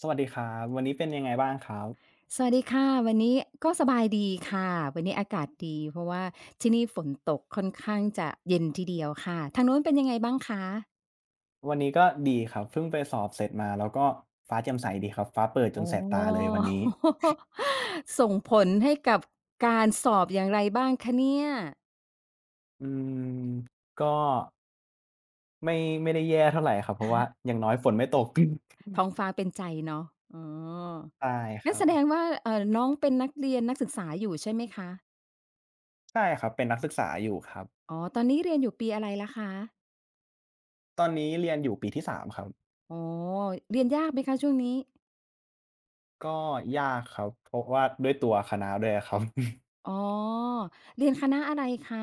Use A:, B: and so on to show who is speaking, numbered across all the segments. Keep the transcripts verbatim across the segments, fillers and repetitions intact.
A: สวัสดีครับวันนี้เป็นยังไงบ้างครับ
B: สวัสดีค่ะวันนี้ก็สบายดีค่ะวันนี้อากาศดีเพราะว่าที่นี่ฝนตกค่อนข้างจะเย็นทีเดียวค่ะทางนู้นเป็นยังไงบ้างคะ
A: วันนี้ก็ดีครับเพิ่งไปสอบเสร็จมาแล้วก็ฟ้าแจ่มใสดีครับฟ้าเปิดจ
B: อ๋
A: น
B: อ
A: แสบตาเลยวันนี้
B: ส่งผลให้กับการสอบอย่างไรบ้างคะเนี่ย
A: อืมก็ไม่ไม่ได้แย่เท่าไรครับเพราะว่าอย่างน้อยฝนไม่ตก
B: ท้องฟ้าเป็นใจเนาะอ๋อ
A: ใช่ค
B: งั้น
A: รับ
B: แสดงว่าเอ่อน้องเป็นนักเรียนนักศึกษาอยู่ใช่ไหมคะ
A: ใช่ครับเป็นนักศึกษาอยู่ครับ
B: อ๋อตอนนี้เรียนอยู่ปีอะไรแล้วคะ
A: ตอนนี้เรียนอยู่ปีที่สามครับ
B: อ๋อเรียนยากไหมคะช่วงนี้
A: ก็ยากครับเพราะว่าด้วยตัวคณะด้วยอะครับ
B: อ๋อเรียนคณะอะไรคะ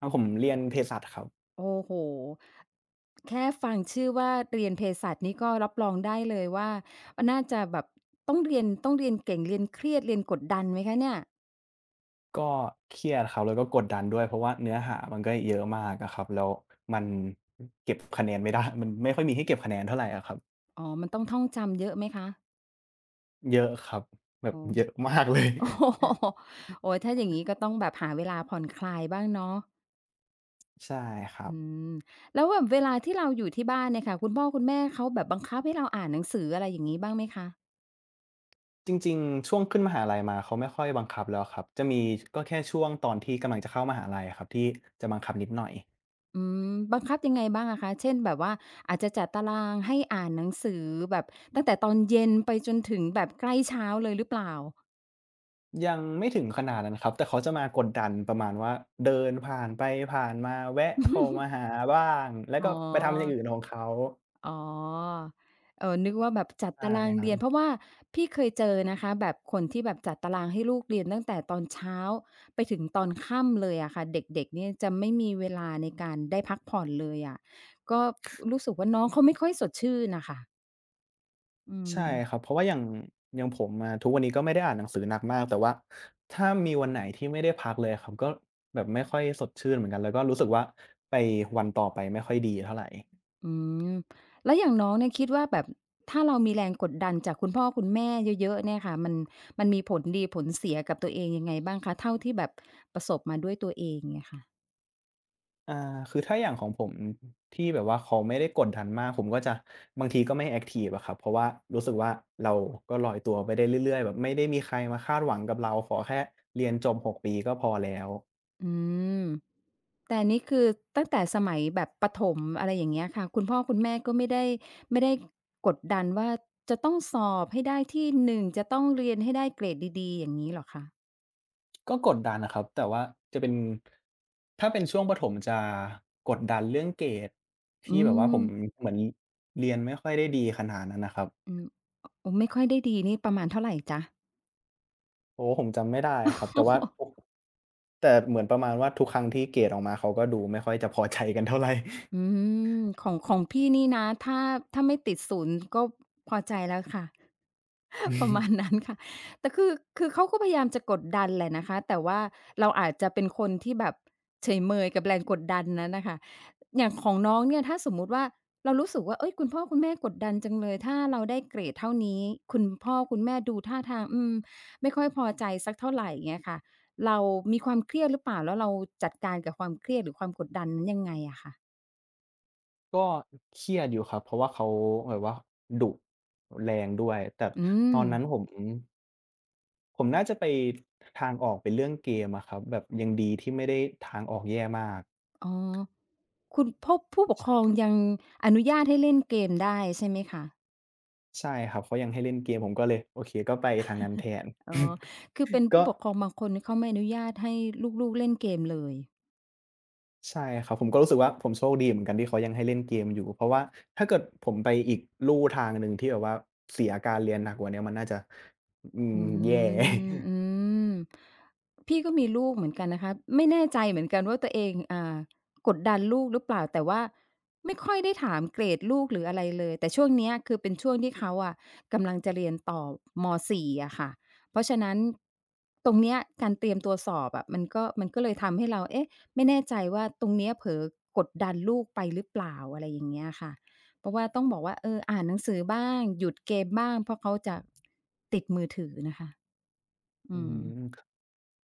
A: อาผมเรียนเภสัชครับ
B: โอ้โฮแค่ฟังชื่อว่าเรียนเภสัชนี่ก็รับรองได้เลยว่ามันน่าจะแบบต้องเรียนต้องเรียนเก่งเรียนเครียดเรียนกดดันไหมคะเนี่ย
A: ก็เครียดครับแล้วก็กดดันด้วยเพราะว่าเนื้อหามันก็เยอะมากอะครับแล้วมันเก็บคะแนนไม่ได้ มันไม่ค่อยมีให้เก็บคะแนนเท่าไรอะครับ
B: อ๋อมันต้องท่องจำเยอะไหมคะ
A: เยอะครับแบบ
B: อ๋อ
A: เยอะมากเลย
B: โอ้โฮโอ้โฮถ้าอย่างงี้ก็ต้องแบบหาเวลาผ่อนคลายบ้างเนาะ
A: ใช่ครั
B: อื
A: บ
B: มแล้วแบบเวลาที่เราอยู่ที่บ้านเนี่ยค่ะคุณพ่อคุณแม่เขาแบบบังคับให้เราอ่านหนังสืออะไรอย่างงี้บ้างไหมคะ
A: จริงๆช่วงขึ้นมหาลัยมาเขาไม่ค่อยบังคับแล้วครับจะมีก็แค่ช่วงตอนที่กำลังจะเข้ามหาลัยอะครับที่จะบังคับนิดหน่อย
B: อืมบังคับยังไงบ้างอะคะเช่นแบบว่าอาจจะจัดตารางให้อ่านหนังสือแบบตั้งแต่ตอนเย็นไปจนถึงแบบใกล้เช้าเลยหรือเปล่า
A: ยังไม่ถึงขนาดนั้นครับแต่เขาจะมากดดันประมาณว่าเดินผ่านไปผ่านมาแวะเข้ามาหาบ้างแล้ว
B: อ๋อ
A: ก็ไปทำอย่างอื่นของเขา
B: อ๋อเอ่อนึกว่าแบบจัด
A: ใช่
B: ตาราง
A: ครั
B: เรียนเพราะ
A: บ
B: ว่าพี่เคยเจอนะคะแบบคนที่แบบจัดตารางให้ลูกเรียนตั้งแต่ตอนเช้าไปถึงตอนค่ำเลยอะค่ะเด็กๆเนี่ยจะไม่มีเวลาในการได้พักผ่อนเลยอะก็รู้สึกว่าน้องเขาไม่ค่อยสดชื่นน่ะค่ะอืม
A: ใช่ครับเพราะว่าอย่างอย่างผมอะทุกวันนี้ก็ไม่ได้อ่านหนังสือหนักมากแต่ว่าถ้ามีวันไหนที่ไม่ได้พักเลยอะครับก็แบบไม่ค่อยสดชื่นเหมือนกันแล้วก็รู้สึกว่าไปวันต่อไปไม่ค่อยดีเท่าไร
B: อืมแล้วอย่างน้องเนี่ยคิดว่าแบบถ้าเรามีแรงกดดันจากคุณพ่อคุณแม่เยอะๆเนี่ยค่ะมันมันมีผลดีผลเสียกับตัวเองยังไงบ้างคะเท่าที่แบบประสบมาด้วยตัวเองเนี่ยค่ะ
A: อาคือถ้าอย่างของผมที่แบบว่าเขาไม่ได้กดดันมากผมก็จะบางทีก็ไม่แอ็กทิฟอะครับเพราะว่ารู้สึกว่าเราก็ลอยตัวไปได้เรื่อยๆแบบไม่ได้มีใครมาคาดหวังกับเราขอแค่เรียนจบหกปีก็พอแล้ว
B: อืมแต่อันนี้คือตั้งแต่สมัยแบบประถมอะไรอย่างเงี้ยค่ะคุณพ่อคุณแม่ก็ไม่ได้ไม่ได้กดดันว่าจะต้องสอบให้ได้ที่หนึ่งจะต้องเรียนให้ได้เกรดดีๆอย่างงี้เหรอคะ
A: ก็กดดันนะครับแต่ว่าจะเป็นถ้าเป็นช่วงประถมจะกดดันเรื่องเกรด
B: อื
A: ที่แบบว่าผม
B: ม
A: เหมือนเรียนไม่ค่อยได้ดีขนาดนั้นนะครับ
B: อืมโอ้ไม่ค่อยได้ดีนี่ประมาณเท่าไรจ๊ะ
A: โอ้ผมจำไม่ได้ครับแต่ว่าทุกแต่เหมือนประมาณว่าทุกครั้งที่เกรดออกมาเขาก็ดูไม่ค่อยจะพอใจกันเท่าไร
B: อืมของของพี่นี่นะถ้าถ้าไม่ติดศูนย์ก็พอใจแล้วค่ะ
A: อื
B: ประมาณ
A: ม
B: นั้นค่ะแต่คือคือเขาก็พยายามจะกดดันแหละนะคะแต่ว่าเราอาจจะเป็นคนที่แบบเฉยเมยกับแรงกดดันนั้นน่ะค่ะอย่างของน้องเนี่ยถ้าสมมุติว่าเรารู้สึกว่าเฮ้ยคุณพ่อคุณแม่กดดันจังเลยถ้าเราได้เกรดเท่านี้คุณพ่อคุณแม่ดูท่าทางอืมไม่ค่อยพอใจสักเท่าไรอย่างเงี้ยค่ะเรามีความเครียดหรือเปล่าแล้วเราจัดการกับความเครียดหรือความกดดันนั้นยังไงอะค่ะ
A: ก็เครียดอยู่ครับเพราะว่าเขาแบบว่าดุแรงด้วยแต่
B: อื
A: ต
B: ม
A: อนนั้นผมผมน่าจะไปทางออกเป็นเรื่องเกมอะครับแบบยังดีที่ไม่ได้ทางออกแย่มาก
B: อ๋อ คุณเพราะผู้ปกค
A: ช
B: รองยังอนุญาตให้เล่นเกมได้ใช่ไหมคะ
A: ใช่ครับเขายังให้เล่นเกมผมก็เลยโอเคก็ไปทางนั้นแทน
B: อ๋อ คือเป็น ผู้
A: ก็
B: ปกครองบางคนนี่เขาไม่อนุญาตให้ลูกๆเล่นเกมเลย
A: ใช่ครับผมก็รู้สึกว่าผมโชคดีเหมือนกันที่เขายังให้เล่นเกมอยู่เพราะว่าถ้าเกิดผมไปอีกลู่ทางหนึ่งที่แบบว่าเสียการเรียนหนักกว่าเนี้ยมันน่าจะอืม
B: อื
A: แย่
B: ม อืมพี่ก็มีลูกเหมือนกันนะคะไม่แน่ใจเหมือนกันว่าตัวเองอ่ากดดันลูกหรือเปล่าแต่ว่าไม่ค่อยได้ถามเกรดลูกหรืออะไรเลยแต่ช่วงเนี้ยคือเป็นช่วงที่เขาอะกำลังจะเรียนต่อมสี่อะค่ะเพราะฉะนั้นตรงเนี้ยการเตรียมตัวสอบอะมันก็มันก็เลยทำให้เราเอ๊ะไม่แน่ใจว่าตรงเนี้ยเผลอกดดันลูกไปหรือเปล่าอะไรอย่างเงี้ยค่ะ เพราะว่าต้องบอกว่าเอออ่านหนังสือบ้างหยุดเกมบ้างเพราะเขาจะติดมือถือนะคะ
A: อื
B: อืม
A: ม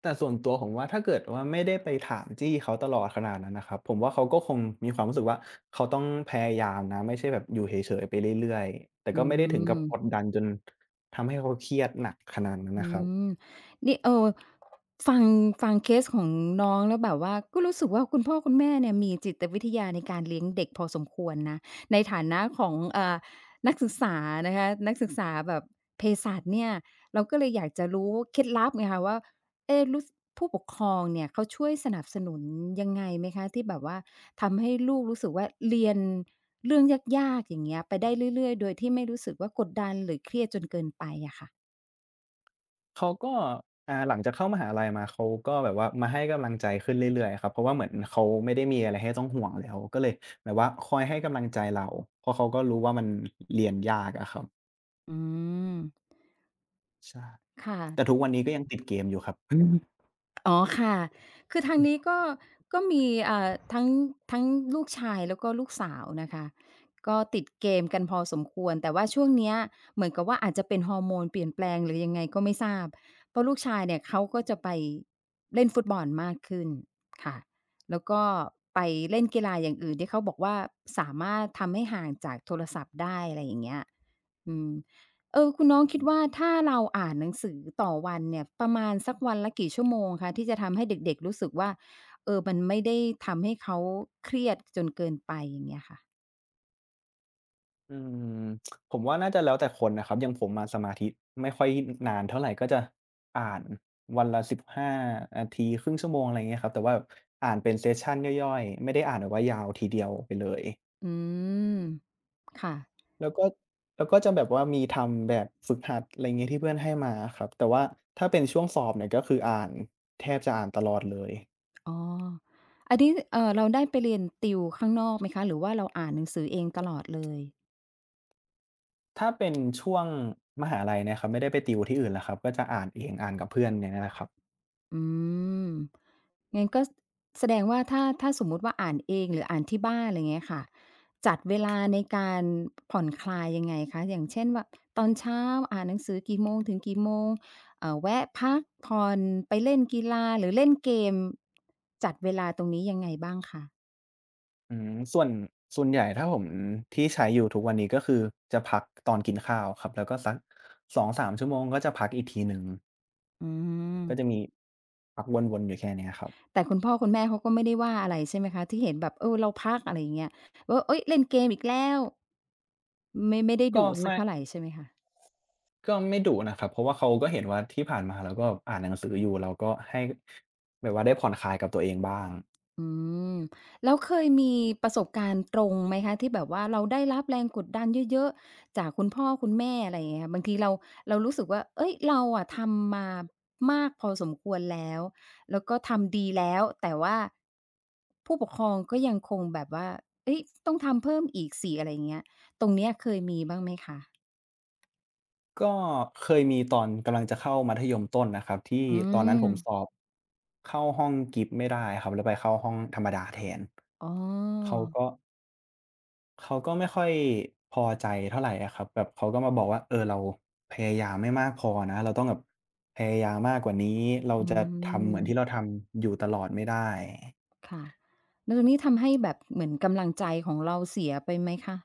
A: แต่ส่วนตัวผมว่าถ้าเกิดว่าไม่ได้ไปถามจี้เขาตลอดขนาดนั้นนะครับผมว่าเขาก็คงมีความรู้สึกว่าเขาต้องพยายามนะไม่ใช่แบบอยู่เฉยๆไปเรื่อยๆแต่
B: อื
A: ก็ไม่ได้ถึงกับกด
B: ม
A: ดันจนทำให้เขาเครียดหนักขนาดนั้น
B: อื
A: นะครับ
B: มนี่เออฟังฟังเคสของน้องแล้วแบบว่าก็รู้สึกว่าคุณพ่อคุณแม่เนี่ยมีจิตวิทยาในการเลี้ยงเด็กพอสมควรนะในฐานะของเอ่อนักศึกษานะคะนักศึกษาแบบเภสัชเนี่ยเราก็เลยอยากจะรู้เคล็ดลับไงคะว่าเอ๊รู้สผู้ปกครองเนี่ยเขาช่วยสนับสนุนยังไงไหมคะที่แบบว่าทำให้ลูกรู้สึกว่าเรียนเรื่องยากๆอย่างเงี้ยไปได้เรื่อยๆโดยที่ไม่รู้สึกว่ากดดันหรือเครียดจนเกินไปอะค่ะ
A: เขาก็อ่าหลังจากเข้ามหาลัยมาเขาก็แบบว่ามาให้กำลังใจขึ้นเรื่อยๆครับเพราะว่าเหมือนเขาไม่ได้มีอะไรให้ต้องห่วงแล้วก็เลยแบบว่าคอยให้กำลังใจเราเพราะเขาก็รู้ว่ามันเรียนยากอะครับ
B: อืม
A: ใช่แต่
B: ค่ะ
A: ทุกวันนี้ก็ยังติดเกมอยู่ครับ
B: อ๋อค่ะ คือทางนี้ก็ก็มีอ่าทั้งทั้งลูกชายแล้วก็ลูกสาวนะคะ ก็ติดเกมกันพอสมควร แต่ว่าช่วงเนี้ยเหมือนกับว่าอาจจะเป็นฮอร์โมนเปลี่ยนแปลงหรือยังไงก็ไม่ทราบเพราะลูกชายเนี่ยเขาก็จะไปเล่นฟุตบอลมากขึ้นค่ะแล้วก็ไปเล่นกีฬาอย่างอื่นที่เขาบอกว่าสามารถทำให้ห่างจากโทรศัพท์ได้อะไรอย่างเงี้ยอืม เออคุณน้องคิดว่าถ้าเราอ่านหนังสือต่อวันเนี่ยประมาณสักวันละกี่ชั่วโมงคะที่จะทำให้เด็กๆรู้สึกว่าเออมันไม่ได้ทำให้เขาเครียดจนเกินไปอย่างเงี้ยค่ะ
A: อืมผมว่าน่าจะแล้วแต่คนนะครับอย่างผมอะสมาธิไม่ค่อยนานเท่าไรก็จะอ่านวันละสิบห้านาทีครึ่งชั่วโมงอะไรอย่างเงี้ยครับแต่ว่าอ่านเป็นเซสชันย่อยๆไม่ได้อ่านแบบว่ายาวทีเดียวไปเลย
B: อืมค่ะ
A: แล้วก็แล้วก็จะแบบว่ามีทำแบบฝึกหัดอะไรเงี้ยที่เพื่อนให้มาอะครับแต่ว่าถ้าเป็นช่วงสอบเนี่ยก็คืออ่านแทบจะอ่านตลอดเลย
B: อ๋ออันนี้เอ่อเราได้ไปเรียนติวข้างนอกไหมคะหรือว่าเราอ่านหนังสือเองตลอดเลย
A: ถ้าเป็นช่วงมหาลัยเนี่ยครับไม่ได้ไปติวที่อื่นแล้วครับก็จะอ่านเองอ่านกับเพื่อนอย่างเงี้ยแหละครับ
B: อืมงั้นก็สแสดงว่าถ้าถ้าสมมุติว่าอ่านเองหรืออ่านที่บ้านอะไรเงี้ยค่ะจัดเวลาในการผ่อนคลายยังไงคะอย่างเช่นว่าตอนเช้าอ่านหนังสือกี่โมงถึงกี่โมงเอ่อแวะพักผ่อนไปเล่นกีฬาหรือเล่นเกมจัดเวลาตรงนี้ยังไงบ้างคะ
A: อืมส่วนส่วนใหญ่ถ้าผมที่ใช้อยู่ทุกวันนี้ก็คือจะพักตอนกินข้าวครับแล้วก็สักสองสามชั่วโมงก็จะพักอีกทีหนึ่ง
B: อื
A: ก็จะ
B: ม
A: มีพักวนๆอยู่แค่เนี้ยครับ
B: แต่คุณพ่อคุณแม่เขาก็ไม่ได้ว่าอะไรใช่ไหมคะที่เห็นแบบเออเราพักอะไรอย่างเงี้ยว่าเฮ้ยเล่นเกมอีกแล้วไม่ไม่ได้
A: ก็
B: ดุสัก
A: ไม่
B: เท่าไรใช่ไหมคะ
A: ก็ไม่ดุนะครับเพราะว่าเขาก็เห็นว่าที่ผ่านมาเราก็อ่านหนังสืออยู่เราก็ให้แบบว่าได้ผ่อนคลายกับตัวเองบ้าง
B: อืมแล้วเคยมีประสบการณ์ตรงไหมคะที่แบบว่าเราได้รับแรงกดดันเยอะๆจากคุณพ่อคุณแม่อะไรอย่างเงี้ยค่ะบางทีเราเรารู้สึกว่าเฮ้ยเราอะทำมามากพอสมควรแล้วแล้วก็ทำดีแล้วแต่ว่าผู้ปกครองก็ยังคงแบบว่าเฮ้ยต้องทำเพิ่มอีกสิอะไรอย่างเงี้ยตรงเนี้ยเคยมีบ้างไหมคะ
A: ก็เคยมีตอนกำลังจะเข้ามัธยมต้นนะครับที่
B: อื
A: ตอนนั้นผ
B: ม
A: มสอบเข้าห้องกิฟต์ไม่ได้ครับแล้วไปเข้าห้องธรรมดาแทน
B: อ๋
A: เขา
B: อ
A: ก็เขาก็ไม่ค่อยพอใจเท่าไรอะครับแบบเขาก็มาบอกว่าเออเราพยายามไม่มากพอนะเราต้องแบบพยายามมากกว่านี้เรา
B: อื
A: จะทำเหมือนที่เรา
B: ม
A: ทำอยู่ตลอดไม่ได้
B: ค่ะแล้วตรงนี้ทำให้แบบเหมือนกำลังใจของเราเสียไปไหมคะ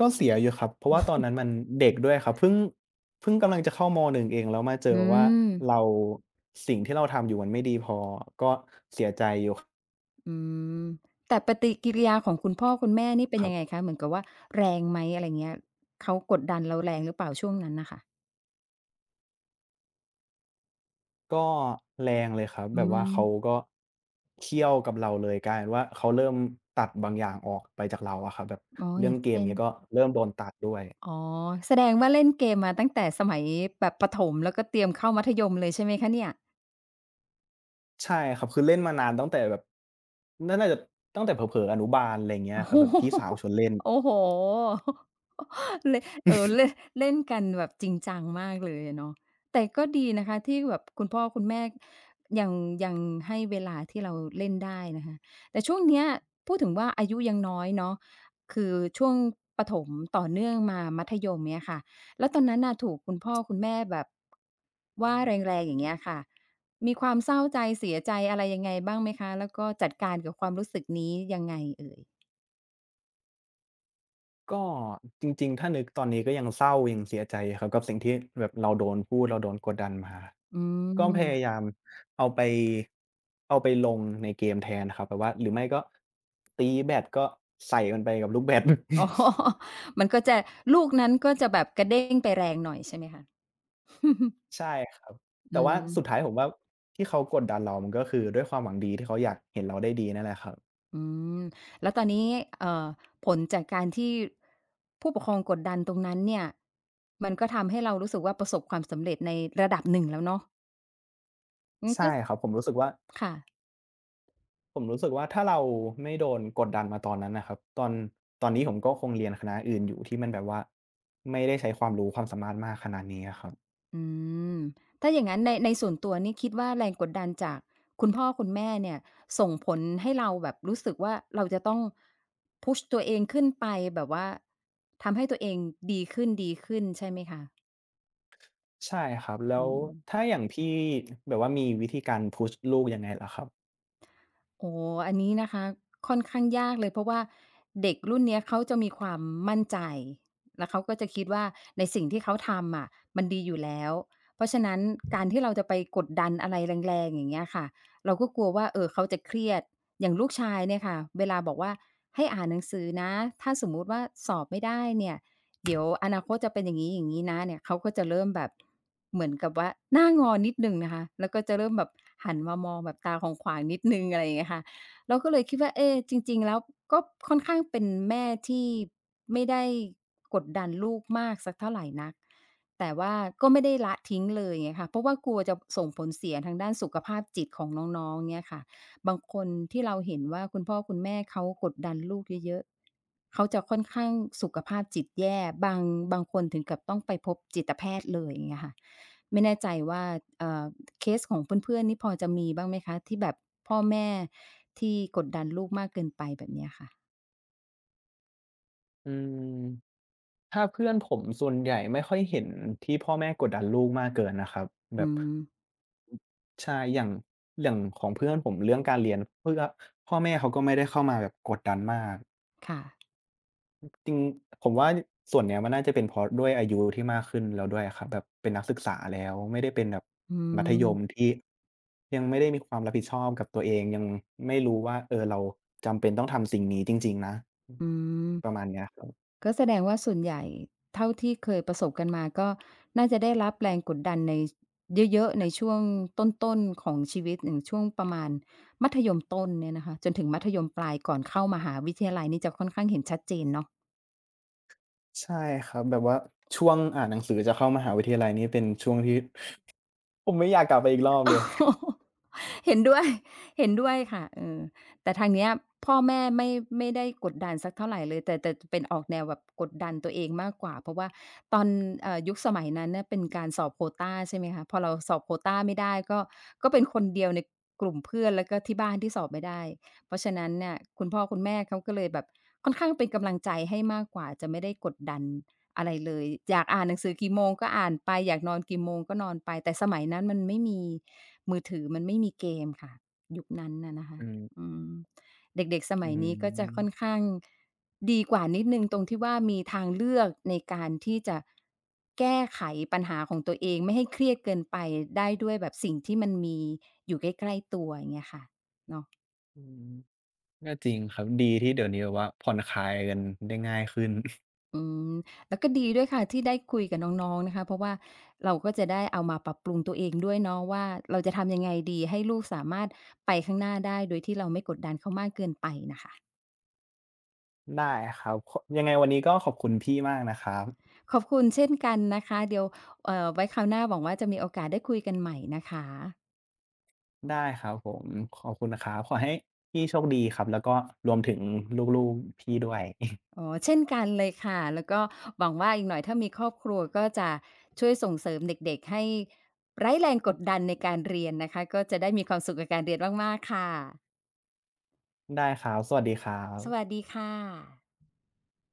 A: ก็เสียอยู่ครับเพราะว่าตอนนั้นมันเด็กด้วยครับเพิ่งเพิ่งกำลังจะเข้ามหนงเองแล้วมาเจอ
B: อื
A: ว่า
B: ม
A: เราสิ่งที่เราทำอยู่มันไม่ดีพอก็เสียใจอยู่
B: อืมแต่ปฏิกิริยาของคุณพ่อคุณแม่นี่เป็น
A: ครั
B: ยังไง
A: บ
B: คะเหมือนกับว่าแรงไหมอะไรเงี้ยเขากดดันเราแรงหรือเปล่าช่วงนั้นน่ะค่ะ
A: ก็แรงเลยครับ
B: อื
A: แบบว่า
B: ม
A: เขาก็เคี่ยวกับเราเลยกลายเป็นว่าเขาเริ่มตัดบางอย่างออกไปจากเราอะครับแบบ
B: อ๋ออ
A: เรื่อง
B: ย่าง
A: เกม
B: เช่น
A: เงี้ยก็เริ่มโดนตัดด้วย
B: อ๋อแสดงว่าเล่นเกมมาตั้งแต่สมัยแบบประถมแล้วก็เตรียมเข้ามัธยมเลยใช่ไหมคะเนี่ย
A: ใช่ครับคือเล่นมานานตั้งแต่แบบน่าน่าจะตั้งแต่เผลอๆอนุบาลอะไรอย่างเงี้ยครับแบบพี่สาวช วนเล่น
B: โอ้โฮโอ้โฮ เล่นเออเล่นเล่นกันแบบจริงจังมากเลยอะเนาะแต่ก็ดีนะคะที่แบบคุณพ่อคุณแม่ยังยังให้เวลาที่เราเล่นได้นะคะแต่ช่วงเนี้ยพูดถึงว่าอายุยังน้อยเนาะคือช่วงประถมต่อเนื่องมามัธยมเงี้ยค่ะแล้วตอนนั้นน่ะถูกคุณพ่อคุณแม่แบบว่าแรงๆอย่างเงี้ยค่ะมีความเศร้าใจเสียใจอะไรยังไงบ้างไหมคะแล้วก็จัดการกับความรู้สึกนี้ยังไงเอ่ย
A: ก็จริงๆถ้านึกตอนนี้ก็ยังเศร้ายังเสียใจครับกับสิ่งที่แบบเราโดนพูดเราโดนกดดันมา
B: อื
A: ก็พ
B: ม
A: ยายามเอาไปเอาไปลงในเกมแทนครับแบบว่าหรือไม่ก็ตีแบดก็ใส่มันไปกับลูกแบด
B: อ๋อ มันก็จะลูกนั้นก็จะแบบกระเด้งไปแรงหน่อยใช่ไหมคะ
A: ใช่ครับ
B: อื
A: แต่ว่า
B: ม
A: สุดท้ายผมว่าที่เขากดดันเรามันก็คือด้วยความหวังดีที่เขาอยากเห็นเราได้ดีนั่นแหละครับ
B: อืมแล้วตอนนี้เอ่อผลจากการที่ผู้ปกครองกดดันตรงนั้นเนี่ย มันก็ทำให้เรารู้สึกว่าประสบความสำเร็จในระดับหนึ่งแล้วเนาะงั้นก็
A: ใช่ครับผมรู้สึกว่า
B: ค่ะ
A: ผมรู้สึกว่าถ้าเราไม่โดนกดดันมาตอนนั้นน่ะครับตอนตอนนี้ผมก็คงเรียนคณะอื่นอยู่ที่มันแบบว่าไม่ได้ใช้ความรู้ความสามารถมากขนาดนี้อะครับ
B: อืมถ้าอย่างนั้นในในส่วนตัวนี่คิดว่าแรงกดดันจากคุณพ่อคุณแม่เนี่ยส่งผลให้เราแบบรู้สึกว่าเราจะต้องพุชตัวเองขึ้นไปแบบว่าทำให้ตัวเองดีขึ้นๆใช่ไหมคะ
A: ใช่ครับแล้
B: อื
A: ว
B: ม
A: ถ้าอย่างพี่แบบว่ามีวิธีการ push ลูกยังไงเหรอครับ
B: โอ้โฮอันนี้นะคะค่อนข้างยากเลยเพราะว่าเด็กรุ่นเนี้ยเขาจะมีความมั่นใจแล้วเขาก็จะคิดว่าในสิ่งที่เขาทำอะมันดีอยู่แล้วเพราะฉะนั้นการที่เราจะไปกดดันอะไรแรงๆอย่างเงี้ยค่ะเราก็กลัวว่าเอ่อเขาจะเครียดอย่างลูกชายเนี่ยค่ะเวลาบอกว่าให้อ่านหนังสือนะถ้าสมมุติว่าสอบไม่ได้เนี่ย เดี๋ยวอนาคตจะเป็นอย่างนี้อย่างนี้นะเนี่ยเขาก็จะเริ่มแบบเหมือนกับว่าหน้างอนิดหนึ่งนะคะแล้วก็จะเริ่มแบบหันมามองแบบตาของขวางๆนิดหนึ่งอะไรอย่างเงี้ยค่ะเราก็เลยคิดว่าเอ๊ะจริงๆแล้วก็ค่อนข้างเป็นแม่ที่ไม่ได้กดดันลูกมากสักเท่าไหรนักแต่ว่าก็ไม่ได้ละทิ้งเลยเงค่ะเพราะว่ากลัวจะส่งผลเสียทางด้านสุขภาพจิตของน้องๆเนี่ยค่ะ บางคนที่เราเห็นว่าคุณพ่อคุณแม่เขากดดันลูกเยอะๆ เขาจะค่อนข้างสุขภาพจิตแย่บางบางคนถึงกับต้องไปพบจิตแพทย์เลยอย่างเงี้ยค่ะไม่แน่ใจว่าเอ่อเคสของเพื่อนๆนี่พอจะมีบ้างไหมคะที่แบบพ่อแม่ที่กดดันลูกมากเกินไปแบบเนี้ยค่ะ
A: อืมถ้าเพื่อนผมส่วนใหญ่ไม่ค่อยเห็นที่พ่อแม่กดดันลูกมากเกินนะครับแบ
B: อื
A: บ
B: ม
A: ใช่อย่างอย่างของเพื่อนผมเรื่องการเรียนเพื่อพ่อแม่เขาก็ไม่ได้เข้ามาแบบกดดันมาก
B: ค่ะ
A: จริงผมว่าส่วนเนี้ยมันน่าจะเป็นเพราะด้วยอายุที่มากขึ้นแล้วด้วยอะครับแบบเป็นนักศึกษาแล้วไม่ได้เป็นแบบ
B: อื
A: มัธยม
B: ม
A: ที่ยังไม่ได้มีความรับผิดชอบกับตัวเองยังไม่รู้ว่าเออเราจำเป็นต้องทำสิ่งนี้จริงๆนะอือ
B: อืม
A: ประมาณเนี้ยครับ
B: ก็แสดงว่าส่วนใหญ่เท่าที่เคยประสบกันมาก็น่าจะได้รับแรงกดดันในเยอะๆในช่วงต้นๆของชีวิตอย่างช่วงประมาณมัธยมต้นเนี่ยนะคะจนถึงมัธยมปลายก่อนเข้ามหาวิทยาลัยนี่จะค่อนข้างเห็นชัดเจนเนาะ
A: ใช่ครับแบบว่าช่วงอ่านหนังสือจะเข้ามหาวิทยาลัยนี่เป็นช่วงที่ผมไม่อยากกลับไปอีกรอบเล
B: โอ้
A: ย
B: โฮ เห็นด้วย เห็นด้วยค่ะเออแต่ทางเนี้ยพ่อแม่ไม่ไม่ได้กดดันสักเท่าไรเลยแต่แต่จะเป็นออกแนวแบบกดดันตัวเองมากกว่าเพราะว่าตอนเอ่อยุคสมัยนั้นเนี่ยเป็นการสอบโควตาใช่ไหมคะพอเราสอบโควตาไม่ได้ก็ก็เป็นคนเดียวในกลุ่มเพื่อนแล้วก็ที่บ้านที่สอบไม่ได้เพราะฉะนั้นเนี่ยคุณพ่อคุณแม่เขาก็เลยแบบค่อนข้างเป็นกำลังใจให้มากกว่าจะไม่ได้กดดันอะไรเลยอยากอ่านหนังสือกี่โมงก็อ่านไปอยากนอนกี่โมงก็นอนไปแต่สมัยนั้นมันไม่มี มือถือมันไม่มีเกมค่ะยุคนั้นน่ะนะคะ
A: อืม
B: อืมเด็กๆส
A: อื
B: มัยนี้ก็จะค่อน
A: ม
B: ข้างดีกว่านิดหนึ่งตรงที่ว่ามีทางเลือกในการที่จะแก้ไขปัญหาของตัวเองไม่ให้เครียดเกินไปได้ด้วยแบบสิ่งที่มันมีอยู่ใกล้ๆตัวอย่างเงี้ยค่ะเนาะ
A: อืมก็จริงครับดีที่เดี๋ยวนี้แบบว่าผ่อนคลายกันได้ง่ายขึ้น
B: อืมแล้วก็ดีด้วยค่ะที่ได้คุยกับน้องๆนะคะเพราะว่าเราก็จะได้เอามาปรับปรุงตัวเองด้วยเนาะว่าเราจะทำยังไงดีให้ลูกสามารถไปข้างหน้าได้โดยที่เราไม่กดดันเขามากเกินไปน่ะค่ะ
A: ได้ครับขยังไงวันนี้ก็ขอบคุณพี่มากนะครับ
B: ขอบคุณเช่นกันนะคะเดี๋ยวเอ่อไว้คราวหน้าหวังว่าจะมีโอกาสได้คุยกันใหม่นะคะ
A: ได้ครับผมขอบคุณนะครับขอให้พี่โชคดีครับแล้วก็รวมถึงลูกๆพี่ด้วย
B: อ๋อเช่นกันเลยค่ะแล้วก็หวังว่าอีกหน่อยถ้ามีครอบครัวก็จะช่วยส่งเสริมเด็กๆให้ไร้แรงกดดันในการเรียนนะคะก็จะได้มีความสุขกับการเรียนมากๆค่ะ
A: ได้ครับสวัสดีครั
B: สวั
A: บ
B: สดีค่ะ